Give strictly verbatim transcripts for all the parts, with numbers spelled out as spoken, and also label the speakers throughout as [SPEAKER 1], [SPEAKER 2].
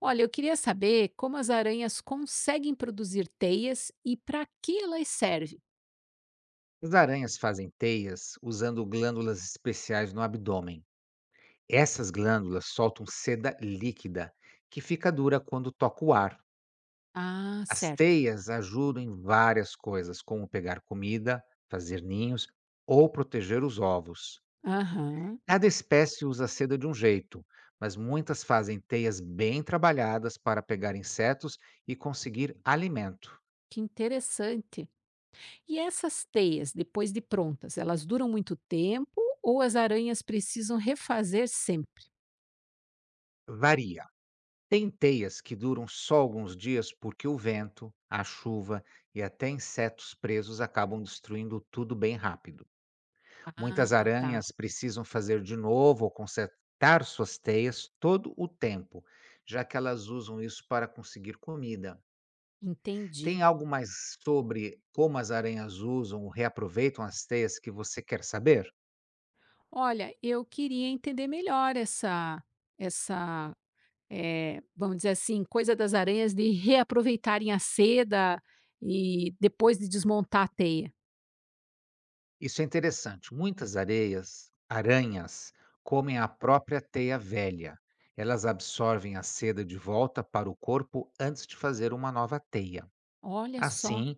[SPEAKER 1] Olha, eu queria saber como as aranhas conseguem produzir teias e para que elas servem.
[SPEAKER 2] As aranhas fazem teias usando glândulas especiais no abdômen. Essas glândulas soltam seda líquida, que fica dura quando toca o ar.
[SPEAKER 1] Ah,
[SPEAKER 2] As
[SPEAKER 1] certo.
[SPEAKER 2] teias ajudam em várias coisas, como pegar comida, fazer ninhos ou proteger os ovos.
[SPEAKER 1] Aham,
[SPEAKER 2] Cada espécie usa a seda de um jeito, mas muitas fazem teias bem trabalhadas para pegar insetos e conseguir alimento.
[SPEAKER 1] que interessante. E essas teias, depois de prontas, elas duram muito tempo ou as aranhas precisam refazer sempre?
[SPEAKER 2] Varia. Tem teias que duram só alguns dias porque o vento, a chuva e até insetos presos acabam destruindo tudo bem rápido. Muitas
[SPEAKER 1] Ah, tá.
[SPEAKER 2] aranhas precisam fazer de novo ou consertar suas teias todo o tempo, já que elas usam isso para conseguir comida.
[SPEAKER 1] Entendi.
[SPEAKER 2] Tem algo mais sobre como as aranhas usam ou reaproveitam as teias que você quer saber?
[SPEAKER 1] Olha, eu queria entender melhor essa, essa, eh, vamos dizer assim, coisa das aranhas de reaproveitarem a seda e depois de desmontar a teia.
[SPEAKER 2] Isso é interessante. Muitas areias, aranhas, comem a própria teia velha. Elas absorvem a seda de volta para o corpo antes de fazer uma nova teia.
[SPEAKER 1] Olha só,
[SPEAKER 2] Assim,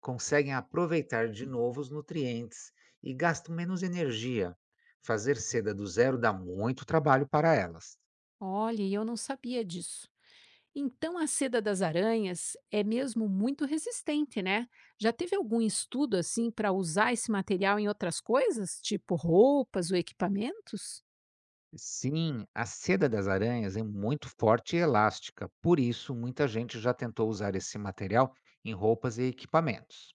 [SPEAKER 2] conseguem aproveitar de novo os nutrientes e gastam menos energia. Fazer seda do zero dá muito trabalho para elas.
[SPEAKER 1] olha, e eu não sabia disso. Então a seda das aranhas é mesmo muito resistente, né? Já teve algum estudo assim para usar esse material em outras coisas, tipo roupas ou equipamentos?
[SPEAKER 2] Sim, a seda das aranhas é muito forte e elástica, por isso muita gente já tentou usar esse material em roupas e equipamentos.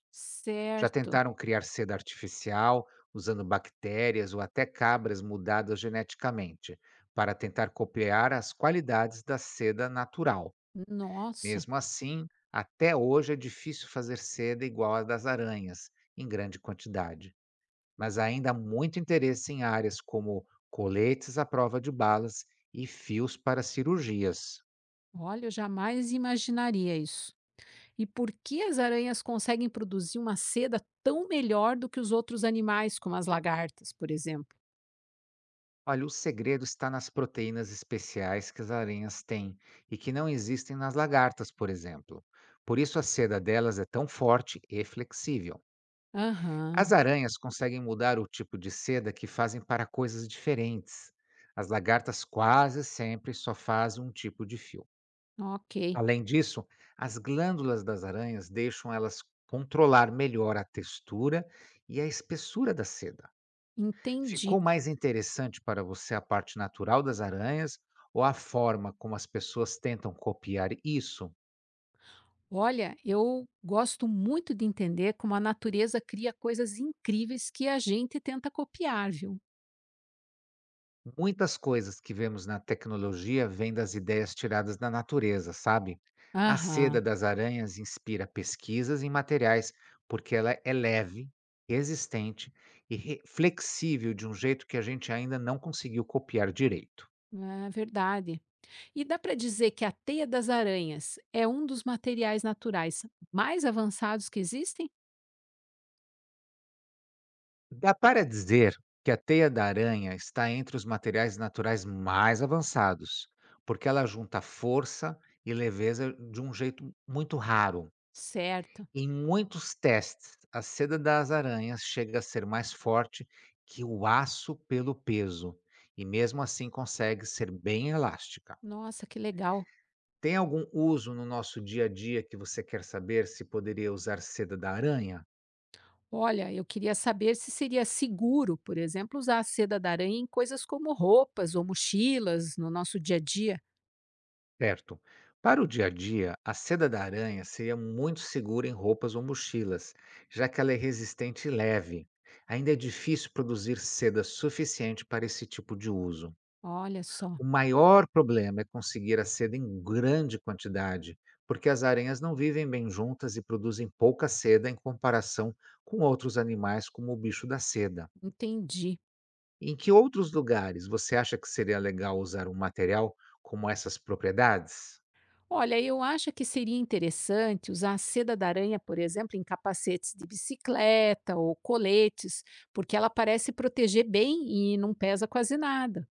[SPEAKER 2] Já
[SPEAKER 1] Certo.
[SPEAKER 2] tentaram criar seda artificial usando bactérias ou até cabras mudadas geneticamente, para tentar copiar as qualidades da seda natural.
[SPEAKER 1] Nossa,
[SPEAKER 2] Mesmo assim, até hoje é difícil fazer seda igual à das aranhas, em grande quantidade. Mas ainda há muito interesse em áreas como coletes à prova de balas e fios para cirurgias.
[SPEAKER 1] olha, eu jamais imaginaria isso. E por que as aranhas conseguem produzir uma seda tão melhor do que os outros animais, como as lagartas, por exemplo?
[SPEAKER 2] Olha, o segredo está nas proteínas especiais que as aranhas têm e que não existem nas lagartas, por exemplo. Por isso a seda delas é tão forte e flexível. As
[SPEAKER 1] Aham,
[SPEAKER 2] aranhas conseguem mudar o tipo de seda que fazem para coisas diferentes. As lagartas quase sempre só fazem um tipo de fio.
[SPEAKER 1] ok,
[SPEAKER 2] Além disso, as glândulas das aranhas deixam elas controlar melhor a textura e a espessura da seda.
[SPEAKER 1] entendi.
[SPEAKER 2] Ficou mais interessante para você a parte natural das aranhas ou a forma como as pessoas tentam copiar isso?
[SPEAKER 1] Olha, eu gosto muito de entender como a natureza cria coisas incríveis que a gente tenta copiar, viu?
[SPEAKER 2] Muitas coisas que vemos na tecnologia vêm das ideias tiradas da natureza, sabe? A
[SPEAKER 1] Aham,
[SPEAKER 2] seda das aranhas inspira pesquisas em materiais porque ela é leve, resistente e re- flexível de um jeito que a gente ainda não conseguiu copiar direito.
[SPEAKER 1] é verdade. E dá para dizer que a teia das aranhas é um dos materiais naturais mais avançados que existem?
[SPEAKER 2] Dá para dizer que a teia da aranha está entre os materiais naturais mais avançados, porque ela junta força e leveza de um jeito muito raro.
[SPEAKER 1] Certo.
[SPEAKER 2] Em muitos testes, a seda das aranhas chega a ser mais forte que o aço pelo peso, e mesmo assim consegue ser bem elástica.
[SPEAKER 1] Nossa, que legal.
[SPEAKER 2] Tem algum uso no nosso dia a dia que você quer saber se poderia usar seda da aranha?
[SPEAKER 1] Olha, eu queria saber se seria seguro, por exemplo, usar a seda da aranha em coisas como roupas ou mochilas no nosso dia a dia.
[SPEAKER 2] Certo. Para o dia a dia, a seda da aranha seria muito segura em roupas ou mochilas, já que ela é resistente e leve. Ainda é difícil produzir seda suficiente para esse tipo de uso.
[SPEAKER 1] Olha só,
[SPEAKER 2] O maior problema é conseguir a seda em grande quantidade, porque as aranhas não vivem bem juntas e produzem pouca seda em comparação com outros animais, como o bicho da seda.
[SPEAKER 1] entendi.
[SPEAKER 2] Em que outros lugares você acha que seria legal usar um material com essas propriedades?
[SPEAKER 1] Olha, eu acho que seria interessante usar a seda da aranha, por exemplo, em capacetes de bicicleta ou coletes, porque ela parece proteger bem e não pesa quase nada.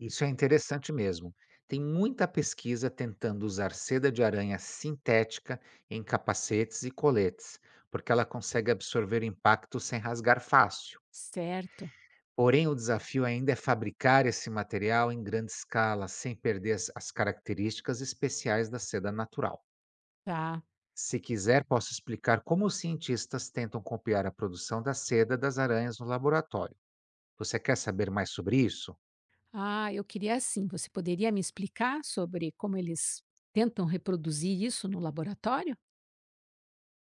[SPEAKER 2] Isso é interessante mesmo. Tem muita pesquisa tentando usar seda de aranha sintética em capacetes e coletes, porque ela consegue absorver impacto sem rasgar fácil.
[SPEAKER 1] Certo,
[SPEAKER 2] Porém, o desafio ainda é fabricar esse material em grande escala, sem perder as as características especiais da seda natural.
[SPEAKER 1] tá.
[SPEAKER 2] Se quiser, posso explicar como os cientistas tentam copiar a produção da seda das aranhas no laboratório. Você quer saber mais sobre isso?
[SPEAKER 1] Ah, eu queria assim. Você poderia me explicar sobre como eles tentam reproduzir isso no laboratório?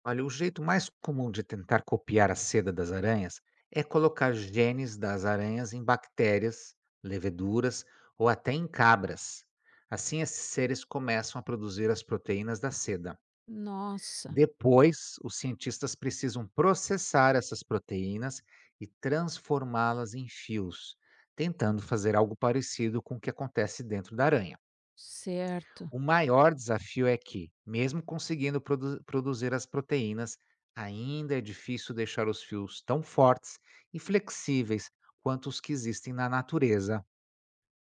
[SPEAKER 2] Olha, o jeito mais comum de tentar copiar a seda das aranhas é colocar genes das aranhas em bactérias, leveduras ou até em cabras. Assim, esses seres começam a produzir as proteínas da seda.
[SPEAKER 1] Nossa,
[SPEAKER 2] Depois, os cientistas precisam processar essas proteínas e transformá-las em fios, tentando fazer algo parecido com o que acontece dentro da aranha.
[SPEAKER 1] certo.
[SPEAKER 2] O maior desafio é que, mesmo conseguindo produ- produzir as proteínas, ainda é difícil deixar os fios tão fortes e flexíveis quanto os que existem na natureza.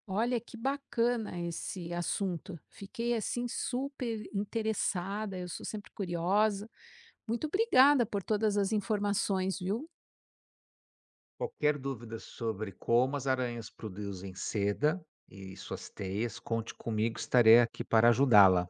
[SPEAKER 1] Olha que bacana esse assunto. Fiquei assim super interessada, eu sou sempre curiosa. Muito obrigada por todas as informações, viu?
[SPEAKER 2] Qualquer dúvida sobre como as aranhas produzem seda e suas teias, conte comigo, estarei aqui para ajudá-la.